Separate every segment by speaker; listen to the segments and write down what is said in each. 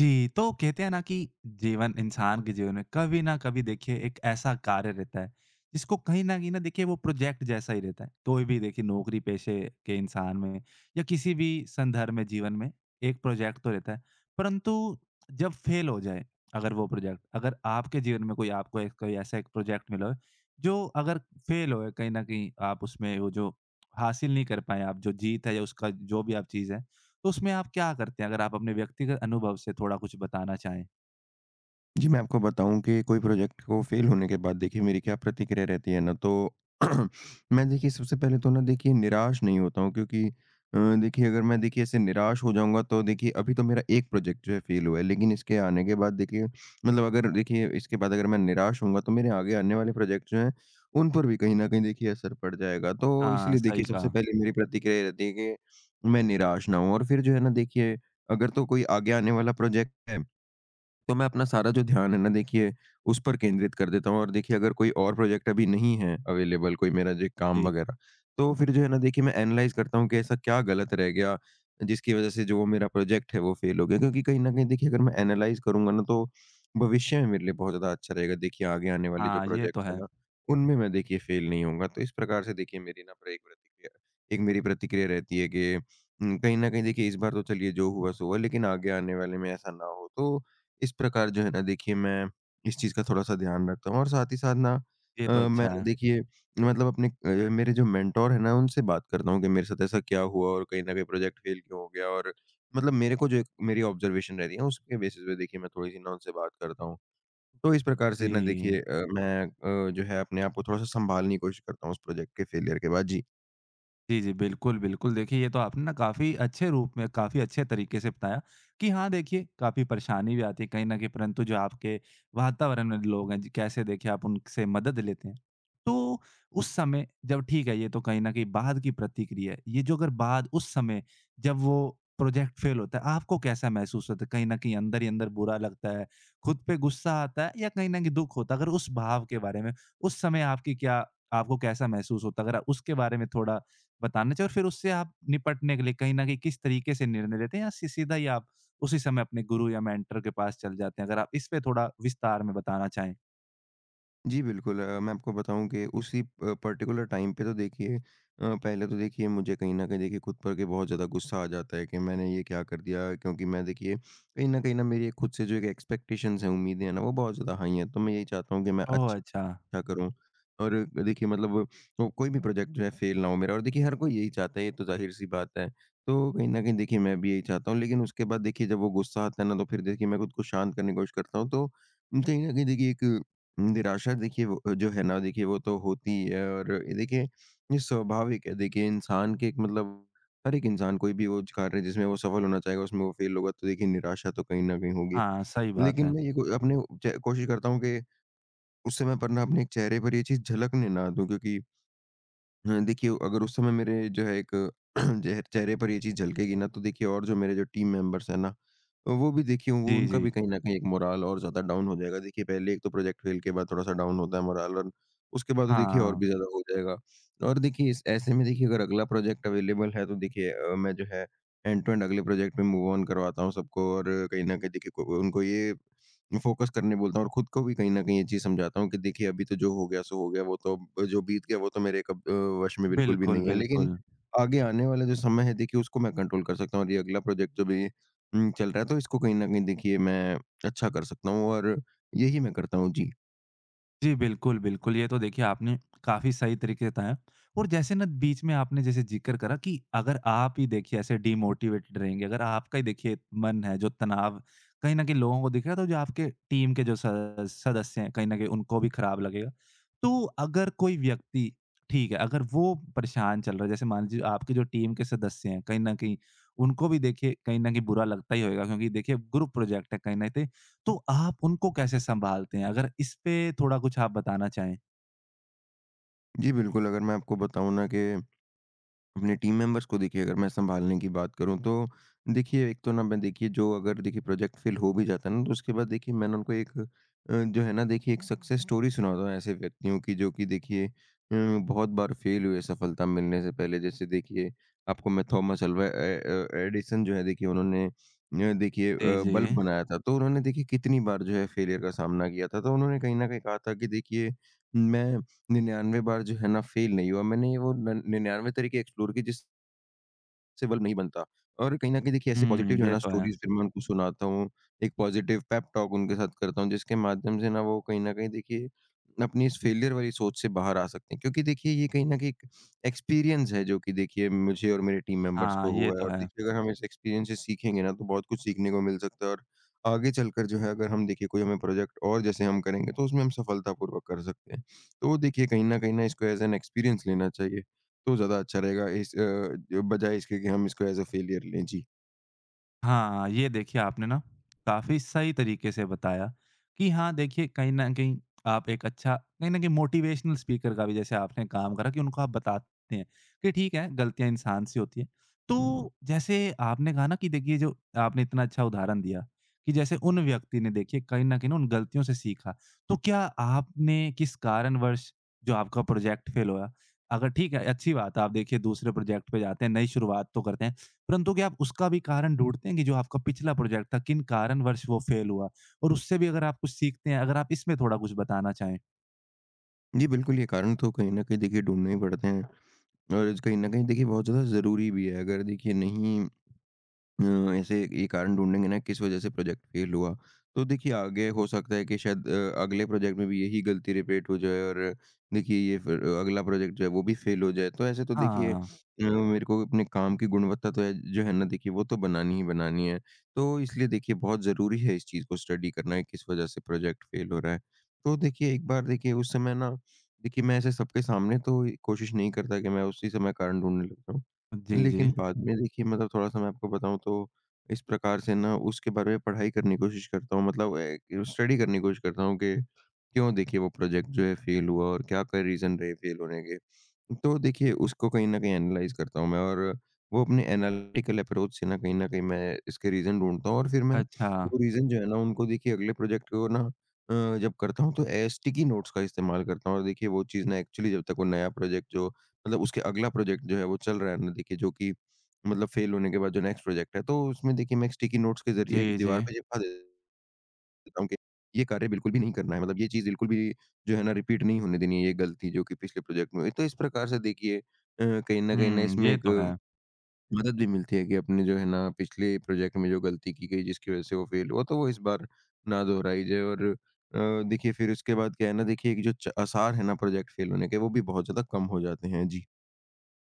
Speaker 1: जी, तो कहते हैं ना कि जीवन इंसान के जीवन में कभी ना कभी देखिए एक ऐसा कार्य रहता है, जिसको कहीं न कहीं ना देखिए वो प्रोजेक्ट जैसा ही रहता है। कोई भी देखिए नौकरी पेशे के इंसान में या किसी भी संदर्भ में जीवन में एक प्रोजेक्ट तो रहता है। परंतु जब फेल हो जाए अगर वो प्रोजेक्ट, अगर आपके जीवन में कोई आपको एक कोई ऐसा एक प्रोजेक्ट मिला हो, जो अगर फेल हो गए कहीं न कहीं आप उसमें वो जो हासिल नहीं कर पाए आप जो जीत है या उसका जो भी आप चीज़ है, तो उसमें आप क्या करते हैं? अगर आप अपने व्यक्तिगत अनुभव से थोड़ा कुछ बताना चाहें?
Speaker 2: जी, मैं आपको बताऊँ कि कोई प्रोजेक्ट को फ़ेल होने के बाद देखिए मेरी क्या प्रतिक्रिया रहती है ना। तो मैं देखिए सबसे पहले तो ना देखिए निराश नहीं होता हूँ, क्योंकि देखिए अगर मैं देखिए ऐसे निराश हो जाऊँगा तो देखिए अभी तो मेरा एक प्रोजेक्ट जो है फ़ेल हुआ है। लेकिन इसके आने के बाद देखिए मतलब अगर देखिए इसके बाद अगर मैं निराश होऊँगा तो मेरे आगे आने वाले प्रोजेक्ट जो हैं उन पर भी कहीं न कहीं देखिए असर पड़ जाएगा। तो
Speaker 1: हाँ,
Speaker 2: इसलिए
Speaker 1: सही
Speaker 2: देखिए सबसे
Speaker 1: कहा।
Speaker 2: पहले मेरी प्रतिक्रिया रहती है कि मैं निराश ना हूँ। और फिर जो है ना देखिए अगर तो कोई आगे आने वाला प्रोजेक्ट है तो मैं अपना सारा जो ध्यान है ना देखिए उस पर केंद्रित कर देता हूँ। और देखिए अगर कोई और प्रोजेक्ट अभी नहीं है अवेलेबल कोई मेरा जो काम
Speaker 1: जी।
Speaker 2: वगैरह, तो फिर जो है ना देखिए मैं एनालाइज करता हूँ कि ऐसा क्या गलत रह गया जिसकी वजह से जो वो मेरा प्रोजेक्ट है वो फेल हो गया। क्योंकि कहीं ना कहीं देखिए अगर मैं एनालाइज करूंगा ना तो भविष्य में मेरे लिए बहुत ज्यादा अच्छा रहेगा, देखिए आगे आने वाले जो
Speaker 1: हाँ, ये तो
Speaker 2: प्रोजेक्ट है
Speaker 1: है।
Speaker 2: ना उनमें मैं देखिए फेल नहीं होऊंगा। तो इस प्रकार से देखिए मेरी ना पर एक प्रतिक्रिया एक मेरी प्रतिक्रिया रहती है कि कहीं ना कहीं देखिए इस बार तो चलिए जो हुआ सो हुआ, लेकिन आगे आने वाले में ऐसा ना हो। तो इस प्रकार जो है ना देखिए मैं इस चीज़ का थोड़ा-सा ध्यान रखता हूँ और साथ ही साथ ना
Speaker 1: ये तो
Speaker 2: मैं
Speaker 1: अच्छा
Speaker 2: ना
Speaker 1: है।
Speaker 2: देखिए मतलब मेरे जो मेंटर हैं ना उनसे बात करता हूँ कि मेरे साथ ऐसा क्या हुआ और कहीं न कहीं प्रोजेक्ट फेल क्यों हो गया। और मतलब मेरे को जो एक मेरी ऑब्जर्वेशन रहती है उसके बेसिस पे देखिए मैं थोड़ी-सी ना उनसे बात करता हूँ। तो इस प्रकार से ना
Speaker 1: जी।
Speaker 2: देखिए मैं जो है अपने आप को थोड़ा-सा सँभालने की कोशिश करता हूँ उस प्रोजेक्ट के फेलियर के बाद। जी।
Speaker 1: जी, जी। बिल्कुल, बिल्कुल। देखिए, ये तो आपने ना काफ़ी अच्छे रूप में, काफ़ी अच्छे तरीके से बताया कि हाँ, देखिए काफ़ी परेशानी भी आती है कहीं न कहीं परंतु जो आपके वातावरण में लोग हैं, ज कैसे देखिए आप उनसे मदद लेते हैं। तो उस समय जब ठीक है, ये तो कहीं न कहीं बाद की प्रतिक्रिया है। ये जो अगर बाद उस समय जब वो प्रोजेक्ट फ़ेल होता है, आपको कैसा महसूस होता है? कहीं न कहीं अंदर ही अंदर बुरा लगता है, खुद पे गुस्सा आता है या कहीं न कहीं दुःख होता है? अगर उस भाव के बारे में, उस समय आपकी क्या आपको कैसा महसूस होता है? अगर आप उसके बारे में थोड़ा बताना चाहिए और फिर उससे आप निपटने के लिए कहीं न कहीं किस तरीके से निर्णय लेते हैं या सी सीधा ही आप उसी समय अपने गुरु या मेंटर के पास चल जाते हैं? अगर आप इस पे थोड़ा विस्तार में बताना चाहें।
Speaker 2: जी, बिल्कुल। मैं आपको बताऊँ कि उसी प पर्टिकुलर टाइम पे तो देखिए पहले तो देखिए मुझे कहीं न कहीं देखिए खुद पर के बहुत ज़्यादा गुस्सा आ जाता है कि मैंने ये क्या कर दिया, क्योंकि मैं देखिए कहीं न मेरी एक खुद से जो एक एक्सपेक्टेशंस हैं, उम्मीदें हैं ना वो बहुत ज़्यादा हाई हैं। तो मैं यही चाहता हूँ कि मैं
Speaker 1: ओह!
Speaker 2: अच्छा
Speaker 1: अच्छा।
Speaker 2: अच्छा करूँ और देखिए मतलब तो कोई भी प्रोजेक्ट जो है फेल ना हो मेरा। और देखिए हर कोई यही चाहता है, ये तो ज़ाहिर-सी बात है। तो कहीं न कहीं देखिए मैं भी यही चाहता हूँ, लेकिन उसके बाद देखिए जब वो गुस्सा आता है ना तो फिर देखिए मैं खुद को शांत करने की कोशिश करता हूँ। तो कहीं न कहीं देखिए एक निराशा देखिए वो जो है ना देखिए वो तो होती ही है। और ये देखिए ये स्वाभाविक है, देखिए इंसान के एक मतलब हर एक इंसान कोई भी वो कार्य जिसमें वो सफल होना चाहेगा उसमें वो फेल होगा तो देखिए निराशा तो कहीं न कहीं होगी।
Speaker 1: हाँ, सही बात
Speaker 2: लेकिन
Speaker 1: है।
Speaker 2: मैं ये को अपने च कोशिश करता हूँ कि उस समय पर ना अपने एक चेहरे पर ये चीज़ झलकने ना दूँ, क्योंकि देखिए अगर उस समय मेरे जो है एक चेहरे पर ये चीज़ झलकेगी ना तो देखिए और जो मेरे जो टीम मेंबर्स हैं ना, तो वो भी देखिए वो
Speaker 1: जी,
Speaker 2: उनका
Speaker 1: जी।
Speaker 2: भी कहीं न कहीं एक मोराल और ज़्यादा डाउन हो जाएगा। देखिए पहले एक तो प्रोजेक्ट फ़ेल के बाद थोड़ा-सा डाउन होता है मोराल और उसके बाद तो देखिए और
Speaker 1: हाँ।
Speaker 2: भी ज़्यादा हो जाएगा। और देखिए इस ऐसे में देखिए अगर अगला प्रोजेक्ट अवेलेबल है तो देखिए मैं जो है एंड टू एंड अगले प्रोजेक्ट में मूव ऑन करवाता हूँ सबको। और कहीं न कहीं देखिए को उनको ये फोकस करने बोलता हूँ और खुद को भी कहीं न कहीं ये चीज़ समझाता हूँ कि देखिए अभी तो जो हो गया सो हो गया, वो तो अब जो बीत गया वो तो मेरे वश में बिल्कुल भी
Speaker 1: बिल्कुल,
Speaker 2: नहीं है। लेकिन
Speaker 1: बिल्कुल।
Speaker 2: आगे आने वाला जो समय है देखिए उसको मैं कंट्रोल कर सकता हूँ, और ये अगला प्रोजेक्ट जो भी चल रहा है तो इसको कहीं न कहीं देखिए मैं अच्छा कर सकता हूँ और यही मैं करता हूँ। जी।
Speaker 1: जी, बिल्कुल, बिल्कुल। ये तो देखिए आपने काफ़ी सही तरीके से बताया और जैसे ना बीच में आपने जैसे ज़िक्र करा कि अगर आप ही देखिए ऐसे डिमोटिवेटेड रहेंगे, अगर आपका ही देखिए मन है जो तनाव कहीं न कहीं लोगों को दिखेगा तो जो आपके टीम के जो स सदस्य हैं कहीं न कहीं उनको भी खराब लगेगा। तो अगर कोई व्यक्ति ठीक है, अगर वो परेशान चल रहा है जैसे मान लीजिए आपकी जो टीम के सदस्य हैं कहीं न कहीं उनको भी देखिए कहीं न कहीं बुरा लगता ही होगा क्योंकि देखिए ग्रुप प्रोजेक्ट है कहीं न कहीं तो आप उनको कैसे सँभालते हैं? अगर इस पे थोड़ा कुछ आप बताना चाहें?
Speaker 2: जी, बिल्कुल। अगर मैं आपको बताऊँ ना कि अपने टीम मेंबर्स को देखिए अगर मैं सँभालने की बात करूँ तो देखिए एक तो ना मैं देखिए जो अगर देखिए प्रोजेक्ट फ़ेल हो भी जाता है ना तो उसके बाद देखिए मैंने उनको एक जो है ना देखिए एक सक्सेस स्टोरी सुनाता हूँ ऐसे व्यक्तियों की जो कि देखिए बहुत बार फ़ेल हुए सफलता मिलने से पहले। जैसे देखिए आपको मैं Thomas Alva uh uh uh Edison जो है देखिए उन्होंने देखिए
Speaker 1: जी, जी।
Speaker 2: बल्ब बनाया था तो उन्होंने देखिए कितनी बार जो है फ़ेलियर का सामना किया था। तो उन्होंने कहीं न कहीं कहा था कि देखिए मैं 99 बार जो है ना फ़ेल नहीं हुआ। मैंने ये वो नन 99 तरीके एक्सप्लोर किए जिस से बल्ब नहीं बनता। और कहीं न कहीं देखिए ऐसे पॉज़िटिव
Speaker 1: हुँ,
Speaker 2: जो है
Speaker 1: ये
Speaker 2: ना
Speaker 1: तो है।
Speaker 2: स्टोरीज़ फिर मैं उनको सुनाता हूँ। एक पॉज़िटिव पेप टॉक उनके साथ करता हूँ, जिसके माध्यम से ना वो कहीं न कहीं देखिए अपनी इस फेलियर वाली सोच से बाहर आ सकते हैं। क्योंकि देखिए ये कहीं न कहीं एक एक्सपीरियंस है जो कि देखिए मुझे और मेरे टीम मेंबर्स
Speaker 1: हाँ,
Speaker 2: को
Speaker 1: ये
Speaker 2: हुआ है।
Speaker 1: तो
Speaker 2: और
Speaker 1: है।
Speaker 2: देखिए अगर हम इस एक्सपीरियंस से सीखेंगे ना तो बहुत कुछ सीखने को मिल सकता है। और आगे चलकर जो है अगर हम देखिए कोई हमें प्रोजेक्ट और जैसे हम करेंगे तो उसमें हम सफलतापूर्वक कर सकते हैं। तो देखिए कहीं न कहीं ना इसको एज़ एन एक्सपीरियंस लेना चाहिए। तो ज़्यादा अच्छा रहेगा बजाए इसके कि हम इसको एज़ अ फ़ेलियर लें। जी।
Speaker 1: हाँ, ये देखिए आपने ना काफ़ी सही तरीके से बताया कि हाँ, देखिए कहीं न कहीं आप एक अच्छा कहीं न कहीं मोटिवेशनल स्पीकर का भी जैसे आपने काम करा कि उनको आप बताते हैं कि ठीक है, गलतियाँ इंसान से होती हैं। तो जैसे आपने कहा ना कि देखिए जो आपने इतना अच्छा उदाहरण दिया कि जैसे उन व्यक्ति ने देखिए कहीं न कहीं ना उन गलतियों से सीखा। तो क्या आपने किस कारणवश जो आपका प्रोजेक्ट फेल हुआ, अगर ठीक है, अच्छी बात है आप देखिए दूसरे प्रोजेक्ट पे जाते हैं, नई शुरुआत तो करते हैं। परंतु क्या आप उसका भी कारण ढूँढते हैं कि जो आपका पिछला प्रोजेक्ट था, किन कारणवश वो फेल हुआ? और उससे भी अगर आप कुछ सीखते हैं, अगर आप इसमें थोड़ा कुछ बताना चाहें?
Speaker 2: जी, बिल्कुल। ये कारण तो कहीं न कहीं देखिए ढूँढने ही पड़ते हैं और कहीं न कहीं देखिए बहुत ज़्यादा ज़रूरी भी है। अगर देखिए नहीं अ, ऐसे ये कारण ढूँढेंगे ना किस वजह से प्रोजेक्ट फ़ेल हुआ। तो देखिए आगे हो सकता है कि शायद अगले प्रोजेक्ट में भी यही गलती रिपीट हो जाए और देखिए ये फिर अगला प्रोजेक्ट जो है वो भी फ़ेल हो जाए। तो ऐसे तो देखिए
Speaker 1: हाँ,
Speaker 2: मेरे को अपने काम की गुणवत्ता तो है जो है ना देखिए वो तो बनानी ही बनानी है। तो इसलिए देखिए बहुत ज़रूरी है इस चीज़ को स्टडी करना है किस वजह से प्रोजेक्ट फ़ेल हो रहा है। तो देखिए एक बार देखिए उस समय ना देखिए मैं ऐसे सबके सामने तो कोशिश नहीं करता कि मैं उसी समय कारण ढूँढने लगता हूँ।
Speaker 1: जी, जी।
Speaker 2: लेकिन बाद में देखिए मतलब थोड़ा-सा मैं आपको बताऊँ तो, इस प्रकार से ना उसके बारे में पढ़ाई करने की कोशिश करता हूँ, मतलब स्टडी करने की कोशिश करता हूँ कि क्यों देखिए वो प्रोजेक्ट जो है फेल हुआ और क्या क्या रीज़न रहे फेल होने के। तो देखिए उसको कहीं न कहीं एनालाइज़ करता हूँ मैं। और वो अपने एनालिटिकल अप्रोच से ना कहीं न कहीं मैं इसके रीज़न ढूँढता हूँ। और फिर मैं
Speaker 1: अच्छा।
Speaker 2: वो रीज़न जो है ना उनको देखिए अगले प्रोजेक्ट को ना जब करता हूँ तो स्टिकी नोट्स का इस्तेमाल करता हूँ। और देखिए वो चीज़ ना एक्चुअली जब तक वो नया प्रोजेक्ट जो मतलब उसके अगला प्रोजेक्ट जो है वो चल रहा है ना देखिए जो कि मतलब फ़ेल होने के बाद जो नेक्स्ट प्रोजेक्ट है, तो उसमें देखिए मैं एक स्टिकी नोट्स के
Speaker 1: जी,
Speaker 2: ज़रिए एक
Speaker 1: जी।
Speaker 2: दीवार पे चिपका देता हूँ कि ये कार्य बिल्कुल भी नहीं करना है। मतलब ये चीज़ बिल्कुल भी जो है ना रिपीट नहीं होने देनी है, ये गलती जो कि पिछले प्रोजेक्ट में हुई। तो इस प्रकार से देखिए कहीं न कहीं ना
Speaker 1: हुँ,
Speaker 2: इसमें
Speaker 1: ये
Speaker 2: एक
Speaker 1: तो है।
Speaker 2: मदद भी मिलती है कि अपने जो है ना पिछले प्रोजेक्ट में जो गलती की गई जिसकी वज़ह से वो फ़ेल हुआ तो वो इस बार ना दोहराई जाए। और देखिए फिर उसके बाद क्या है ना देखिए एक जो च आसार है ना प्रोजेक्ट फ़ेल होने के वो भी बहुत ज़्यादा कम हो जाते हैं। जी।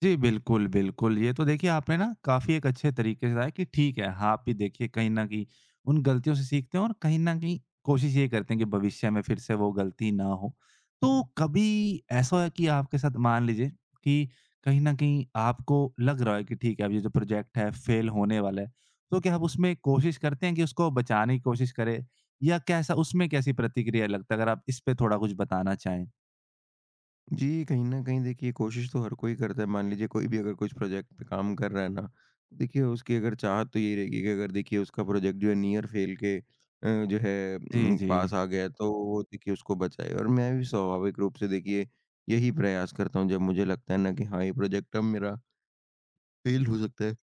Speaker 1: जी, बिल्कुल, बिल्कुल। ये तो देखिए आपने ना काफ़ी एक अच्छे तरीके से बताया कि ठीक है, हाँ, आप भी देखिए कहीं न कहीं उन गलतियों से सीखते हैं और कहीं न कहीं कोशिश ये करते हैं कि भविष्य में फिर से वो गलती ना हो। तो कभी ऐसा हुआ है कि आपके साथ मान लीजिए कि कहीं न कहीं आपको लग रहा है कि ठीक है, अब ये जो प्रोजेक्ट है फेल होने वाला है, तो क्या आप उसमें कोशिश करते हैं कि उसको बचाने की कोशिश करें या कैसा उसमें कैसी प्रतिक्रिया लगता है? अगर आप इस पे थोड़ा कुछ बताना चाहें।
Speaker 2: जी, कहीं न कहीं देखिए कोशिश तो हर कोई करता है। मान लीजिए कोई भी अगर कुछ प्रोजेक्ट पे काम कर रहा है ना, तो देखिए उसकी अगर चाहत तो यही रहेगी कि अगर देखिए उसका प्रोजेक्ट जो है नियर फेल के जो है
Speaker 1: जी, जी।
Speaker 2: पास आ गया तो वो देखिए उसको बचाए। और मैं भी स्वाभाविक रूप से देखिए यही प्रयास करता हूँ जब मुझे लगता है ना कि हाँ, ये प्रोजेक्ट अब मेरा फेल हो सकता है।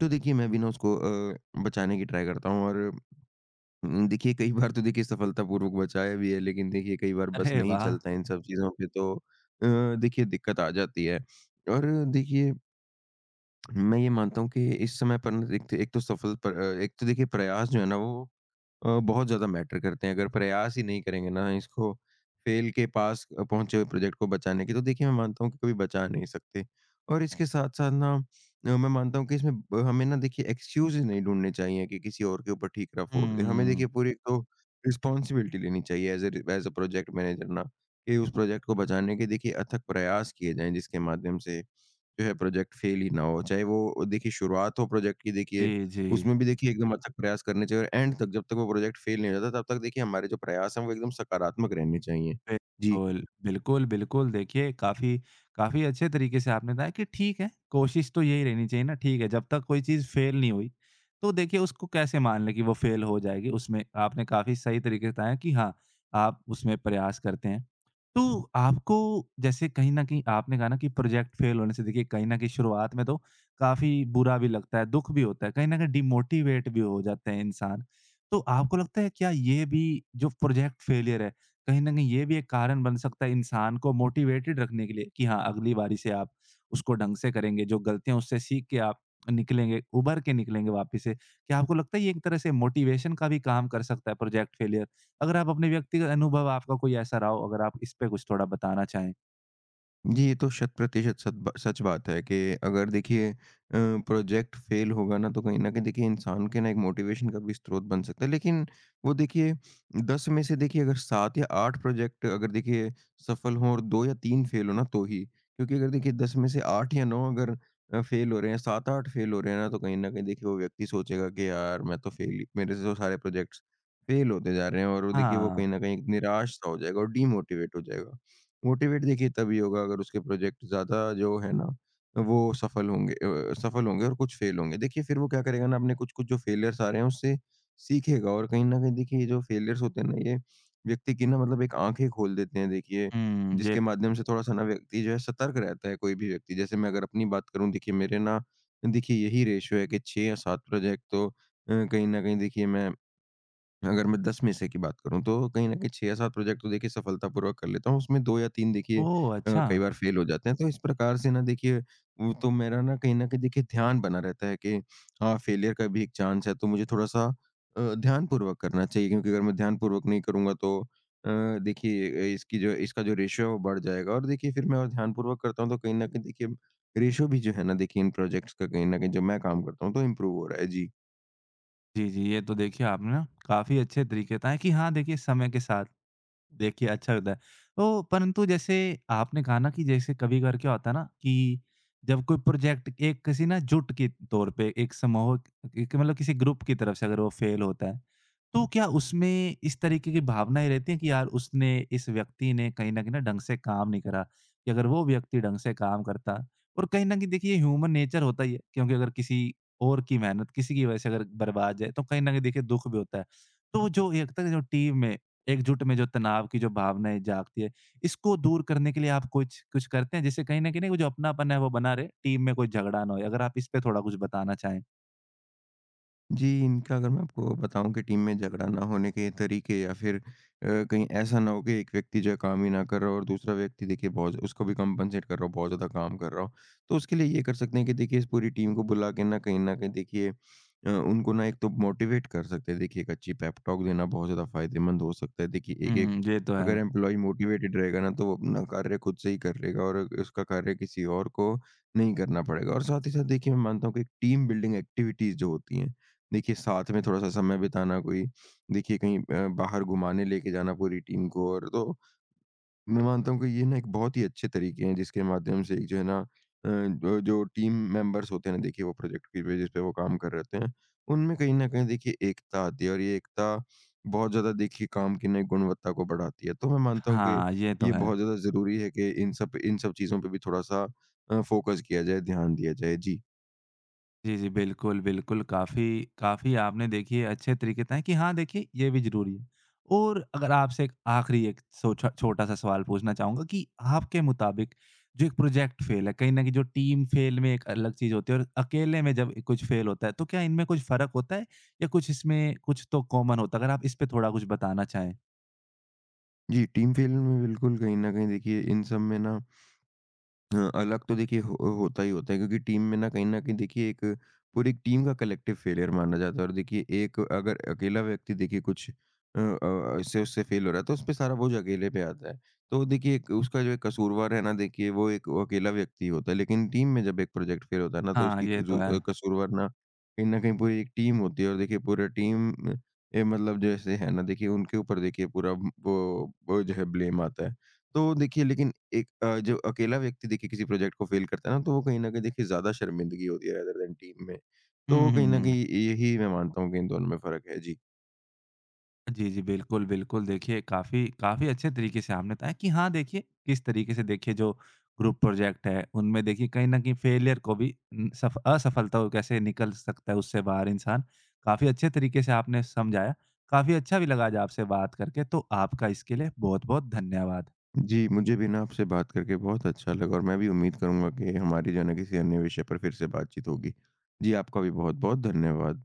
Speaker 2: तो देखिए मैं भी ना उसको बचाने की ट्राई करता हूँ। और देखिए कई बार तो देखिए सफलतापूर्वक बचाया भी है, लेकिन देखिए कई बार बस
Speaker 1: अरे
Speaker 2: नहीं
Speaker 1: वाह!
Speaker 2: चलता है इन सब चीज़ों पे तो देखिए दिक्कत आ जाती है। और देखिए मैं ये मानता हूँ कि इस समय पर ना एक तो सफल पर एक तो देखिए प्रयास जो है ना वो बहुत ज़्यादा मैटर करते हैं। अगर प्रयास ही नहीं करेंगे ना इसको फ़ेल के पास पहुँचे हुए प्रोजेक्ट को बचाने की, तो देखिए मैं मानता हूँ कि कभी बचा नहीं सकते। और इसके साथ-साथ ना मैं मानता हूँ कि इसमें ब हमें ना देखिए एक्सक्यूज़ ही नहीं ढूँढने चाहिए कि किसी और के ऊपर ठीकरा फोड़ दें। हमें
Speaker 1: हुँ।
Speaker 2: देखिए पूरी तो रिस्पॉन्सिबिलिटी लेनी चाहिए एज़ अ प्रोजेक्ट मैनेजर ना, कि उस प्रोजेक्ट को बचाने के देखिए अथक प्रयास किए जाएँ जिसके माध्यम से जो है प्रोजेक्ट फेल ही ना हो। चाहे वो देखिए शुरुआत हो प्रोजेक्ट की
Speaker 1: जी,
Speaker 2: देखिए,
Speaker 1: जी।
Speaker 2: उसमें भी देखिए एकदम अथक प्रयास करने चाहिए और एंड तक जब तक वो प्रोजेक्ट फेल नहीं हो जाता तब तक देखिए हमारे जो प्रयास हैं वो एकदम सकारात्मक रहने चाहिए। जी।
Speaker 1: बिल्कुल, बिल्कुल, बिल्कुल। देखिए काफ़ी काफ़ी अच्छे तरीके से आपने बताया कि ठीक है, कोशिश तो यही रहनी चाहिए ना, ठीक है, जब तक कोई चीज़ फ़ेल नहीं हुई, तो देखिए उसको कैसे मान लें कि वो फ़ेल हो जाएगी। उसमें आपने काफ़ी सही तरीके से बताया कि हाँ, आप उसमें प्रयास करते हैं। तो आपको जैसे कहीं न कहीं आपने कहा ना कि प्रोजेक्ट फ़ेल होने से देखिए कहीं न कहीं शुरुआत में तो काफ़ी बुरा भी लगता है, दुःख भी होता है, कहीं न कहीं डिमोटिवेट भी हो जाते हैं इंसान। तो आपको लगता है क्या ये भी जो प्रोजेक्ट फ़ेलियर है कहीं न कहीं ये भी एक कारण बन सकता है इंसान को मोटिवेटेड रखने के लिए कि हाँ, अगली बारी से आप उसको ढंग से करेंगे, जो गलतियाँ उससे सीख के आप निकलेंगे, उभर के निकलेंगे वापस से। क्या आपको लगता है ये एक तरह से मोटिवेशन का भी काम कर सकता है प्रोजेक्ट फेलियर? अगर आप अपने व्यक्तिगत अनुभव आपका कोई ऐसा रहा हो, अगर आप इस पे कुछ थोड़ा बताना चाहें?
Speaker 2: जी, ये तो शत-प्रतिशत सत ब सच बात है कि अगर देखिए प्रोजेक्ट फ़ेल होगा ना, तो कहीं न कहीं देखिए इंसान के ना एक मोटिवेशन का भी स्रोत बन सकता है। लेकिन वो देखिए 10 में से देखिए अगर 7 या 8 प्रोजेक्ट अगर देखिए सफल हों और 2 या 3 फ़ेल हो ना तो ही। क्योंकि अगर देखिए 10 में से 8 या 9 अगर फ़ेल हो रहे हैं, 7-8 फ़ेल हो रहे हैं ना, तो कहीं न कहीं देखिए वो व्यक्ति सोचेगा कि यार मैं तो फ़ेल ही मेरे से तो सारे प्रोजेक्ट्स फ़ेल होते जा रहे हैं और वो देखिए वो
Speaker 1: हाँ।
Speaker 2: कहीं न कहीं निराश-सा हो जाएगा और डीमोटिवेट हो जाएगा। मोटिवेट देखिए तभी होगा अगर उसके प्रोजेक्ट ज़्यादा जो है ना वो सफल होंगे और कुछ फेल होंगे। देखिए फिर वो क्या करेगा ना अपने कुछ-कुछ जो फेलियर्स आ रहे हैं उससे सीखेगा, और कहीं न कहीं देखिए ये जो फेलियर्स होते हैं ना ये व्यक्ति की ना मतलब एक आँखें खोल देते हैं देखिए,
Speaker 1: हुँ, ये
Speaker 2: जिसके माध्यम से थोड़ा-सा ना व्यक्ति जो है सतर्क रहता है कोई भी व्यक्ति। जैसे मैं अगर अपनी बात करूँ देखिए मेरे ना देखिए यही रेश्यो है कि 6 या 7 प्रोजेक्ट तो कहीं न कहीं देखिए मैं अगर मैं 10 में से की बात करूँ तो कहीं न कहीं 6 या 7 प्रोजेक्ट तो देखिए सफलतापूर्वक कर लेता हूँ। उसमें 2 या 3 देखिए
Speaker 1: ओह! अच्छा।
Speaker 2: कई बार फेल हो जाते हैं। तो इस प्रकार से ना देखिए वो तो मेरा ना कहीं न कहीं देखिए ध्यान बना रहता है कि हाँ, फेलियर का भी एक चांस है तो मुझे थोड़ा-सा ध्यानपूर्वक करना चाहिए, क्योंकि अगर मैं ध्यानपूर्वक नहीं करूँगा तो देखिए इसकी जो इसका जो रेशियो है वो बढ़ जाएगा और देखिए फिर मैं और ध्यानपूर्वक करता हूँ तो कहीं न कहीं देखिए रेशियो भी जो है ना देखिए इन प्रोजेक्ट्स का कहीं न कहीं जब मैं काम करता हूँ तो इम्प्रूव हो रहा है। जी।
Speaker 1: जी, जी। ये तो देखिए आपने ना काफ़ी अच्छे तरीके बताएँ कि हाँ, देखिए समय के साथ देखिए, अच्छा होता है। तो परंतु जैसे आपने कहा ना कि जैसे कभी-कभार क्या होता है ना कि जब कोई प्रोजेक्ट एक किसी ना जुट के तौर पे एक समूह एक मतलब किसी ग्रुप की तरफ से अगर वो फ़ेल होता है, तो क्या उसमें इस तरीके की भावनाएँ रहती हैं कि यार उसने इस व्यक्ति ने कहीं न कहीं ना ढंग से काम नहीं करा, कि अगर वो व्यक्ति ढंग से काम करता और कहीं न कहीं देखिए ह्यूमन नेचर होता ही है, क्योंकि अगर किसी और की मेहनत किसी की वजह से अगर बर्बाद जाए, तो कहीं न कहीं देखिए दुःख भी होता है। तो जो एक तरह जो टीम में एकजुट में जो तनाव की जो भावनाएँ जागती है, इसको दूर करने के लिए आप कुछ कुछ करते हैं जिससे कहीं न कहीं वो जो अपनापन है वो बना रहे, टीम में कोई झगड़ा ना होए? अगर आप इस पे थोड़ा कुछ बताना चाहें।
Speaker 2: जी, इनका अगर मैं आपको बताऊँ कि टीम में झगड़ा ना होने के तरीके, या फिर कहीं ऐसा ना हो कि एक व्यक्ति जो है काम ही ना कर रहा हो और दूसरा व्यक्ति देखिए बहुत उसको भी कम्पेंसेट कर रहा हो, बहुत ज़्यादा काम कर रहा हो। तो उसके लिए ये कर सकते हैं कि देखिए इस पूरी टीम को बुला के ना कहीं न कहीं देखिए उनको ना एक तो मोटिवेट कर सकते हैं। देखिए एक अच्छी पेप टॉक देना बहुत ज़्यादा फ़ायदेमंद हो सकता है। देखिए एक-एक
Speaker 1: हुँ, ये तो है।
Speaker 2: अगर एम्प्लॉयी मोटिवेटेड रहेगा ना तो वो अपना कार्य खुद से ही कर लेगा और उसका कार्य किसी और को नहीं करना पड़ेगा। और साथ ही साथ देखिए मैं मानता हूँ कि टीम बिल्डिंग एक्टिविटीज़ जो होती हैं, देखिए साथ में थोड़ा-सा समय बिताना, कोई देखिए कहीं बाहर घुमाने लेके जाना पूरी टीम को, और तो मैं मानता हूँ कि ये ना एक बहुत ही अच्छे तरीके हैं जिसके माध्यम से एक जो है ना जो जो टीम मेंबर्स होते हैं ना देखिए वो प्रोजेक्ट की बेसिस पे वो काम कर रहे होते हैं, उनमें कहीं न कहीं देखिए एकता आती है और ये एकता बहुत ज़्यादा देखिए काम की नई गुणवत्ता को बढ़ाती है। तो मैं मानता हूँ कि
Speaker 1: हाँ, ये तो
Speaker 2: ये
Speaker 1: है।
Speaker 2: बहुत ज़्यादा ज़रूरी है कि इन सब चीज़ों पे भी थोड़ा-सा फ़ोकस किया जाए, ध्यान दिया जाए। जी।
Speaker 1: जी, जी। बिल्कुल, बिल्कुल। काफ़ी काफ़ी आपने देखिए अच्छे तरीके बताएँ कि हाँ, देखिए ये भी ज़रूरी है। और अगर आपसे एक आखिरी एक सोछा छोटा-सा सवाल पूछना चाहूँगा कि आपके मुताबिक जो एक प्रोजेक्ट फेल है, कहीं न कहीं जो टीम फेल में एक अलग चीज़ होती है और अकेले में जब कुछ फेल होता है, तो क्या इनमें कुछ फ़र्क होता है या कुछ इसमें कुछ तो कॉमन होता है? अगर आप इस पे थोड़ा कुछ बताना चाहें।
Speaker 2: जी, टीम फील्ड में बिल्कुल कहीं न कहीं देखिए इन सब में ना हाँ, अलग तो देखिए हो होता ही होता है, क्योंकि टीम में ना कहीं न कहीं देखिए एक पूरी एक टीम का कलेक्टिव फेलियर माना जाता है, और देखिए एक अगर अकेला व्यक्ति देखिए कुछ इससे उससे फेल हो रहा है तो उस पे सारा बोझ अकेले पे आता है। तो देखिए एक उसका जो एक कसूरवार है ना देखिए वो अकेला व्यक्ति होता है, लेकिन टीम में जब एक प्रोजेक्ट फेल होता है ना तो
Speaker 1: हाँ,
Speaker 2: उसकी
Speaker 1: ये तो है।
Speaker 2: कसूरवार ना कहीं न कहीं पूरी एक टीम होती है और देखिए पूरा टीम मतलब जैसे है ना देखिए उनके ऊपर देखिए पूरा वो जो है ब्लेम आता है। तो देखिए लेकिन एक जो अकेला व्यक्ति देखिए किसी प्रोजेक्ट को फ़ेल करता है ना, तो वो कहीं न कहीं देखिए ज़्यादा शर्मिंदगी होती है अदर देन टीम में।
Speaker 1: हुँ,
Speaker 2: तो कहीं
Speaker 1: हुँ,
Speaker 2: न
Speaker 1: हुँ।
Speaker 2: कहीं यही मैं मानता हूँ कि इन दोनों में फ़र्क है। जी।
Speaker 1: जी, जी। बिल्कुल, बिल्कुल। देखिए काफ़ी काफ़ी अच्छे तरीके से आपने बताया कि हाँ, देखिए किस तरीके से देखिए जो ग्रुप प्रोजेक्ट है उनमें देखिए कहीं न कहीं फेलियर को भी सफ असफलता को कैसे निकल सकता है उससे बाहर इंसान। काफ़ी अच्छे तरीके से आपने समझाया। काफ़ी अच्छा भी लगा आज आपसे बात करके। तो आपका इसके लिए बहुत-बहुत धन्यवाद।
Speaker 2: जी, मुझे भी ना आपसे बात करके बहुत अच्छा लगा और मैं भी उम्मीद करूँगा कि हमारी जो है ना किसी अन्य विषय पर फिर से बातचीत होगी। जी, आपका भी बहुत-बहुत धन्यवाद।